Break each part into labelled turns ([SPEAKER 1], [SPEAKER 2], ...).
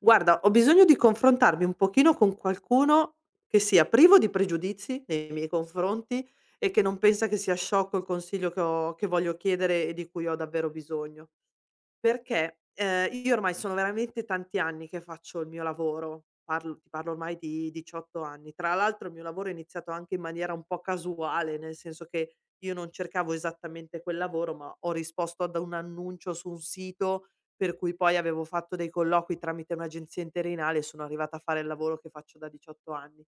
[SPEAKER 1] Guarda, ho bisogno di confrontarmi un pochino con qualcuno che sia privo di pregiudizi nei miei confronti e che non pensa che sia sciocco il consiglio che ho che voglio chiedere e di cui ho davvero bisogno. Perché, io ormai sono veramente tanti anni che faccio il mio lavoro, parlo ti parlo ormai di 18 anni. Tra l'altro il mio lavoro è iniziato anche in maniera un po' casuale, nel senso che io non cercavo esattamente quel lavoro, ma ho risposto ad un annuncio su un sito, per cui poi avevo fatto dei colloqui tramite un'agenzia interinale e sono arrivata a fare il lavoro che faccio da 18 anni.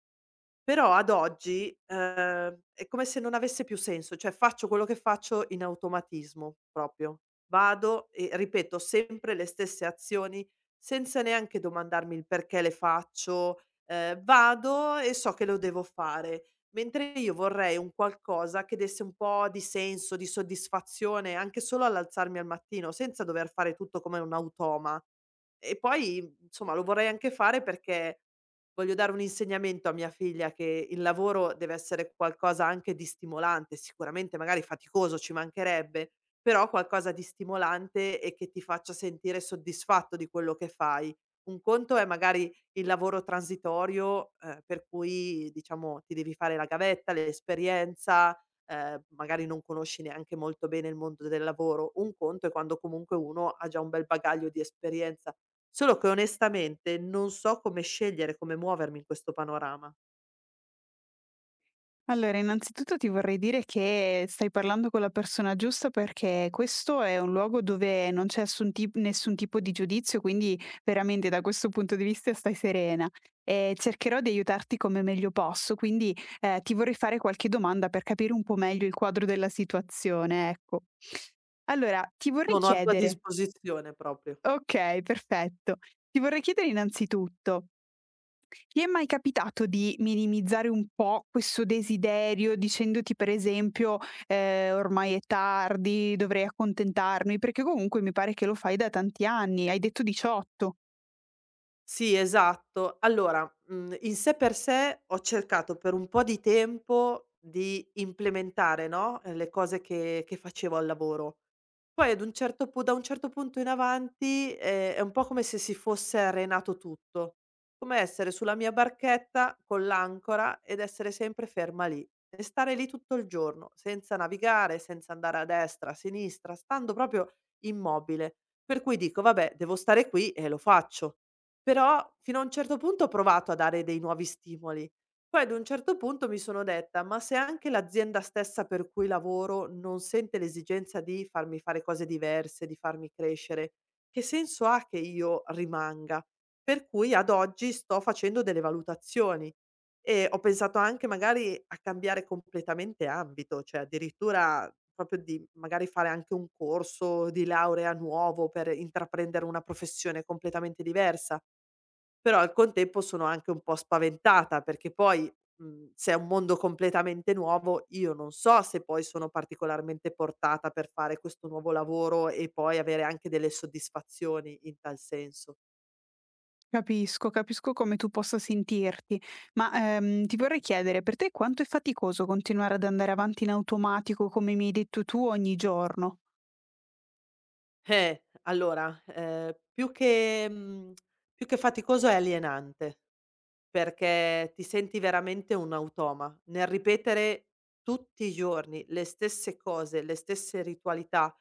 [SPEAKER 1] Però ad oggi, è come se non avesse più senso, cioè faccio quello che faccio in automatismo proprio. Vado e ripeto sempre le stesse azioni senza neanche domandarmi il perché le faccio, vado e so che lo devo fare, mentre io vorrei un qualcosa che desse un po' di senso, di soddisfazione, anche solo all'alzarmi al mattino, senza dover fare tutto come un automa. E poi, insomma, lo vorrei anche fare perché voglio dare un insegnamento a mia figlia che il lavoro deve essere qualcosa anche di stimolante, sicuramente magari faticoso, ci mancherebbe, però qualcosa di stimolante e che ti faccia sentire soddisfatto di quello che fai. Un conto è magari il lavoro transitorio, per cui diciamo ti devi fare la gavetta, l'esperienza, magari non conosci neanche molto bene il mondo del lavoro. Un conto è quando comunque uno ha già un bel bagaglio di esperienza. Solo che onestamente non so come scegliere, come muovermi in questo panorama.
[SPEAKER 2] Allora, innanzitutto ti vorrei dire che stai parlando con la persona giusta perché questo è un luogo dove non c'è assun tip nessun tipo di giudizio, quindi veramente da questo punto di vista stai serena. E cercherò di aiutarti come meglio posso, quindi ti vorrei fare qualche domanda per capire un po' meglio il quadro della situazione, ecco. Allora, ti vorrei
[SPEAKER 1] Sono a tua
[SPEAKER 2] chiedere,
[SPEAKER 1] disposizione proprio.
[SPEAKER 2] ok, perfetto, ti vorrei chiedere innanzitutto. Ti è mai capitato di minimizzare un po' questo desiderio dicendoti per esempio: Ormai è tardi, dovrei accontentarmi", perché comunque mi pare che lo fai da tanti anni, hai detto 18.
[SPEAKER 1] Sì, esatto. Allora, in sé per sé ho cercato per un po' di tempo di implementare, no, le cose che facevo al lavoro. Poi ad un certo pu da un certo punto in avanti, è un po' come se si fosse arenato tutto, come essere sulla mia barchetta con l'ancora ed essere sempre ferma lì e stare lì tutto il giorno, senza navigare, senza andare a destra, a sinistra, stando proprio immobile. Per cui dico: "Vabbè, devo stare qui e lo faccio". Però fino a un certo punto ho provato a dare dei nuovi stimoli, poi ad un certo punto mi sono detta: "Ma se anche l'azienda stessa per cui lavoro non sente l'esigenza di farmi fare cose diverse, di farmi crescere, che senso ha che io rimanga?" Per cui ad oggi sto facendo delle valutazioni e ho pensato anche magari a cambiare completamente ambito, cioè addirittura proprio di magari fare anche un corso di laurea nuovo per intraprendere una professione completamente diversa. Però al contempo sono anche un po' spaventata perché poi, se è un mondo completamente nuovo, io non so se poi sono particolarmente portata per fare questo nuovo lavoro e poi avere anche delle soddisfazioni in tal senso.
[SPEAKER 2] Capisco, capisco come tu possa sentirti. Ma, ti vorrei chiedere, per te quanto è faticoso continuare ad andare avanti in automatico, come mi hai detto tu, ogni giorno?
[SPEAKER 1] Allora, più che faticoso è alienante. Perché ti senti veramente un automa nel ripetere tutti i giorni le stesse cose, le stesse ritualità,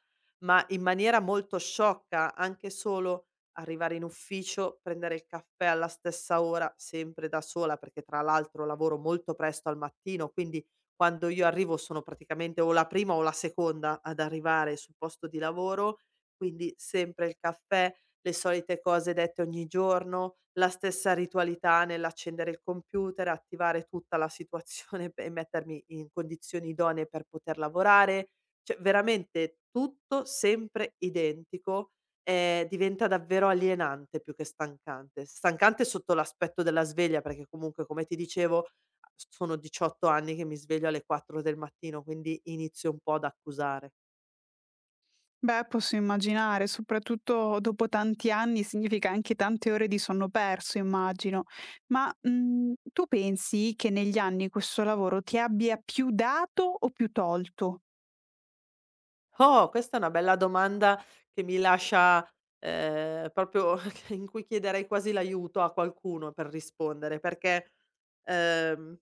[SPEAKER 1] ma in maniera molto sciocca, anche solo arrivare in ufficio, prendere il caffè alla stessa ora, sempre da sola, perché tra l'altro lavoro molto presto al mattino, quindi quando io arrivo sono praticamente o la prima o la seconda ad arrivare sul posto di lavoro, quindi sempre il caffè, le solite cose dette ogni giorno, la stessa ritualità nell'accendere il computer, attivare tutta la situazione e mettermi in condizioni idonee per poter lavorare. Cioè veramente tutto sempre identico, diventa davvero alienante più che stancante. Stancante sotto l'aspetto della sveglia, perché comunque come ti dicevo a sono 18 anni che mi sveglio alle 4 del mattino, quindi inizio un po' ad accusare.
[SPEAKER 2] Beh, posso immaginare, soprattutto dopo tanti anni significa anche tante ore di sonno perso, immagino. Ma mm, tu pensi che negli anni questo lavoro ti abbia più dato o più tolto?
[SPEAKER 1] Oh, questa è una bella domanda che mi lascia, proprio in cui chiederei quasi l'aiuto a qualcuno per rispondere, perché, ehm,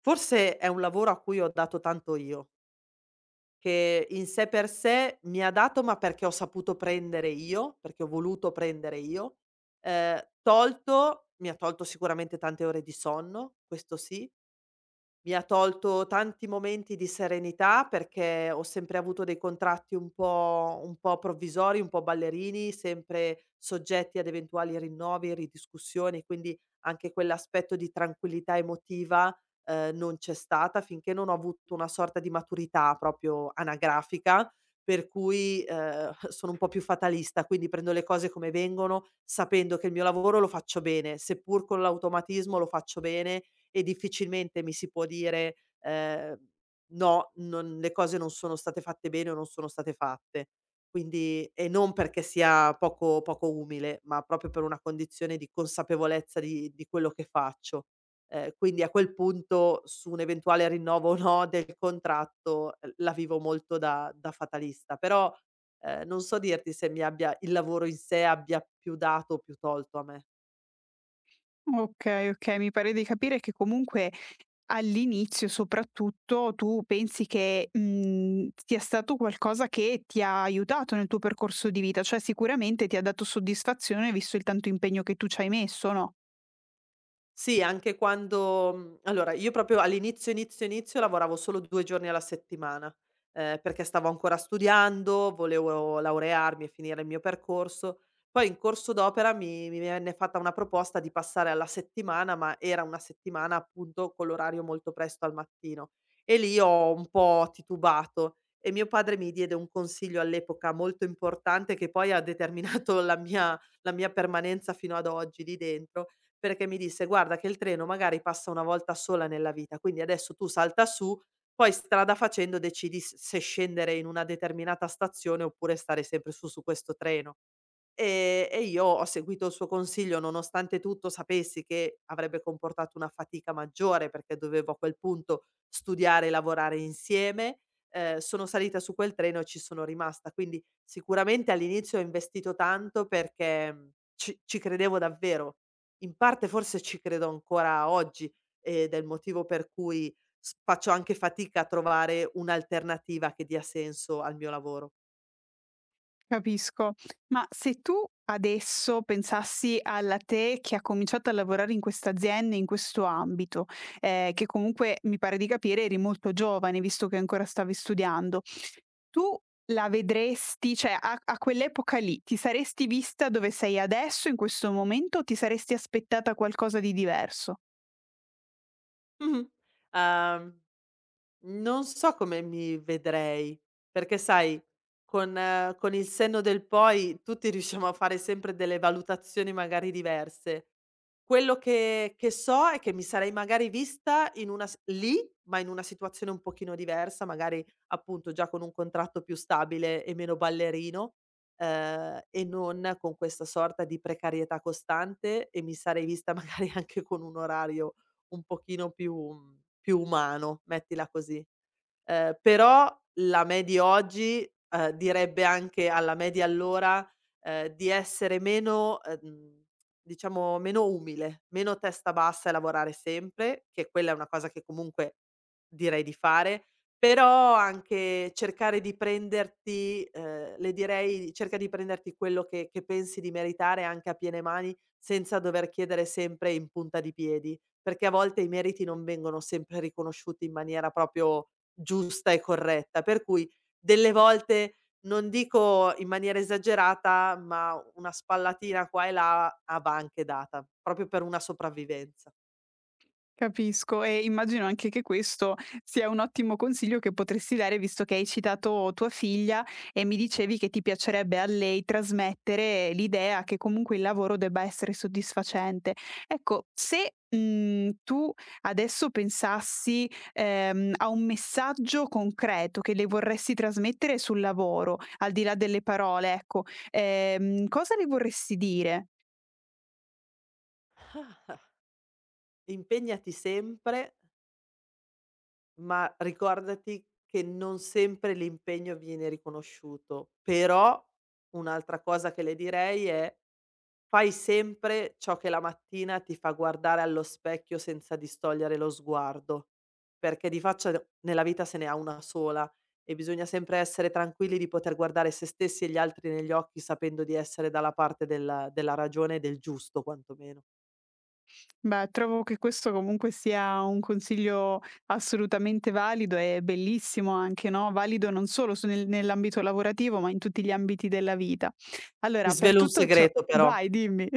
[SPEAKER 1] forse è un lavoro a cui ho dato tanto io, che in sé per sé mi ha dato, ma perché ho saputo prendere io, perché ho voluto prendere io. Tolto Mi ha tolto sicuramente tante ore di sonno, questo sì, mi ha tolto tanti momenti di serenità perché ho sempre avuto dei contratti un po' provvisori, un po' ballerini, sempre soggetti ad eventuali rinnovi, ridiscussioni, quindi anche quell'aspetto di tranquillità emotiva, non c'è stata finché non ho avuto una sorta di maturità proprio anagrafica, per cui, sono un po' più fatalista, quindi prendo le cose come vengono, sapendo che il mio lavoro lo faccio bene, seppur con l'automatismo lo faccio bene e difficilmente mi si può dire, ehm: "No, non le cose non sono state fatte bene o non sono state fatte". Quindi e non perché sia poco umile, ma proprio per una condizione di consapevolezza di quello che faccio. Quindi a quel punto su un eventuale rinnovo o no del contratto, la vivo molto da fatalista, però, non so dirti se mi abbia il lavoro in sé abbia più dato o più tolto a me.
[SPEAKER 2] Ok, ok, mi pare di capire che comunque all'inizio soprattutto tu pensi che mm, sia stato qualcosa che ti ha aiutato nel tuo percorso di vita, cioè sicuramente ti ha dato soddisfazione visto il tanto impegno che tu ci hai messo, no?
[SPEAKER 1] Sì, anche quando allora io proprio all'inizio, inizio, inizio lavoravo solo 2 giorni alla settimana, perché stavo ancora studiando, volevo laurearmi e finire il mio percorso. Poi in corso d'opera mi venne fatta una proposta di passare alla settimana, ma era una settimana appunto con l'orario molto presto al mattino e lì ho un po' titubato e mio padre mi diede un consiglio all'epoca molto importante che poi ha determinato la mia permanenza fino ad oggi lì dentro, perché mi disse: "Guarda che il treno magari passa una volta sola nella vita, quindi adesso tu salta su, poi strada facendo decidi s se scendere in una determinata stazione oppure stare sempre su questo treno". E io ho seguito il suo consiglio, nonostante tutto sapessi che avrebbe comportato una fatica maggiore, perché dovevo a quel punto studiare e lavorare insieme. Sono salita su quel treno e ci sono rimasta. Quindi sicuramente all'inizio ho investito tanto perché, ci credevo davvero. In parte forse ci credo ancora oggi ed è il motivo per cui s faccio anche fatica a trovare un'alternativa che dia senso al mio lavoro.
[SPEAKER 2] Capisco. Ma se tu adesso pensassi alla te che ha cominciato a lavorare in questa azienda, in questo ambito, che comunque mi pare di capire eri molto giovane visto che ancora stavi studiando, tu la vedresti, cioè a quell'epoca lì ti saresti vista dove sei adesso in questo momento o ti saresti aspettata qualcosa di diverso?
[SPEAKER 1] Mh-mh. Uhm Non so come mi vedrei, perché sai con il senno del poi tutti riusciamo a fare sempre delle valutazioni magari diverse. Quello che so è che mi sarei magari vista in una s lì, ma in una situazione un pochino diversa, magari appunto già con un contratto più stabile e meno ballerino, e non con questa sorta di precarietà costante e mi sarei vista magari anche con un orario un pochino più umano, mettila così. Però la me di oggi, direbbe anche alla me di allora, di essere meno, diciamo meno umile, meno testa bassa e lavorare sempre, che quella è una cosa che comunque direi di fare, però anche cercare di prenderti, le direi: "Cerca di prenderti quello che pensi di meritare anche a piene mani, senza dover chiedere sempre in punta di piedi", perché a volte i meriti non vengono sempre riconosciuti in maniera proprio giusta e corretta, per cui delle volte, non dico in maniera esagerata, ma una spallatina qua e là va anche data, proprio per una sopravvivenza.
[SPEAKER 2] Capisco, e immagino anche che questo sia un ottimo consiglio che potresti dare, visto che hai citato tua figlia e mi dicevi che ti piacerebbe a lei trasmettere l'idea che comunque il lavoro debba essere soddisfacente. Ecco, se tu adesso pensassi a un messaggio concreto che le vorresti trasmettere sul lavoro, al di là delle parole, ecco, cosa le vorresti dire?
[SPEAKER 1] Impegnati sempre, ma ricordati che non sempre l'impegno viene riconosciuto. Però un'altra cosa che le direi è: fai sempre ciò che la mattina ti fa guardare allo specchio senza distogliere lo sguardo, perché di faccia d nella vita se ne ha una sola e bisogna sempre essere tranquilli di poter guardare se stessi e gli altri negli occhi sapendo di essere dalla parte della ragione e del giusto quantomeno.
[SPEAKER 2] Beh, trovo che questo comunque sia un consiglio assolutamente valido e bellissimo anche, no, valido non solo su nel nell'ambito lavorativo, ma in tutti gli ambiti della vita.
[SPEAKER 1] Ti
[SPEAKER 2] Allora, per
[SPEAKER 1] svelo un
[SPEAKER 2] tutto ciò
[SPEAKER 1] segreto però.
[SPEAKER 2] vai, dimmi.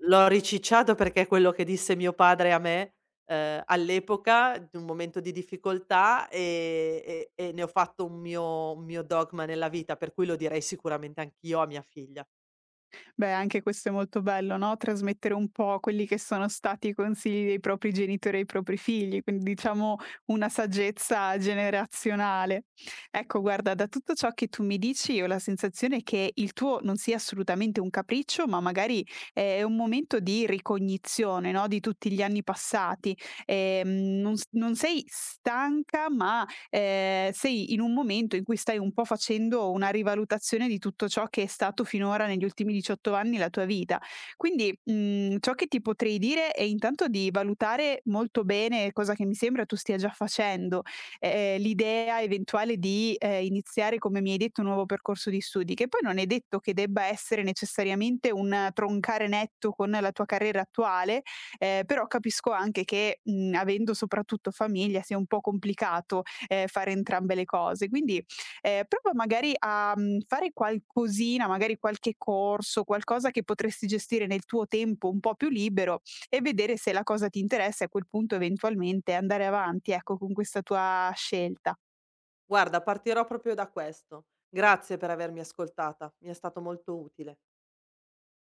[SPEAKER 1] L'ho ricicciato perché è quello che disse mio padre a me, all'epoca di un momento di difficoltà, e ne ho fatto un mio dogma nella vita, per cui lo direi sicuramente anch'io a mia figlia.
[SPEAKER 2] Beh, anche questo è molto bello, no, trasmettere un po' quelli che sono stati i consigli dei propri genitori ai propri figli, quindi diciamo una saggezza generazionale. Ecco, guarda, da tutto ciò che tu mi dici, ho la sensazione che il tuo non sia assolutamente un capriccio, ma magari è un momento di ricognizione, no, di tutti gli anni passati. Non sei stanca, ma sei in un momento in cui stai un po' facendo una rivalutazione di tutto ciò che è stato finora negli ultimi 18 anni la tua vita. Quindi, mhmm, ciò che ti potrei dire è intanto di valutare molto bene, cosa che mi sembra tu stia già facendo, l'idea eventuale di, iniziare, come mi hai detto, un nuovo percorso di studi, che poi non è detto che debba essere necessariamente un troncare netto con la tua carriera attuale, però capisco anche che, mhmm, avendo soprattutto famiglia sia un po' complicato, fare entrambe le cose. Quindi, prova magari a, mhmm, fare qualcosina, magari qualche corso, qualcosa che potresti gestire nel tuo tempo un po' più libero e vedere se la cosa ti interessa, e a quel punto eventualmente andare avanti, ecco, con questa tua scelta.
[SPEAKER 1] Guarda, partirò proprio da questo. Grazie per avermi ascoltata, mi è stato molto utile.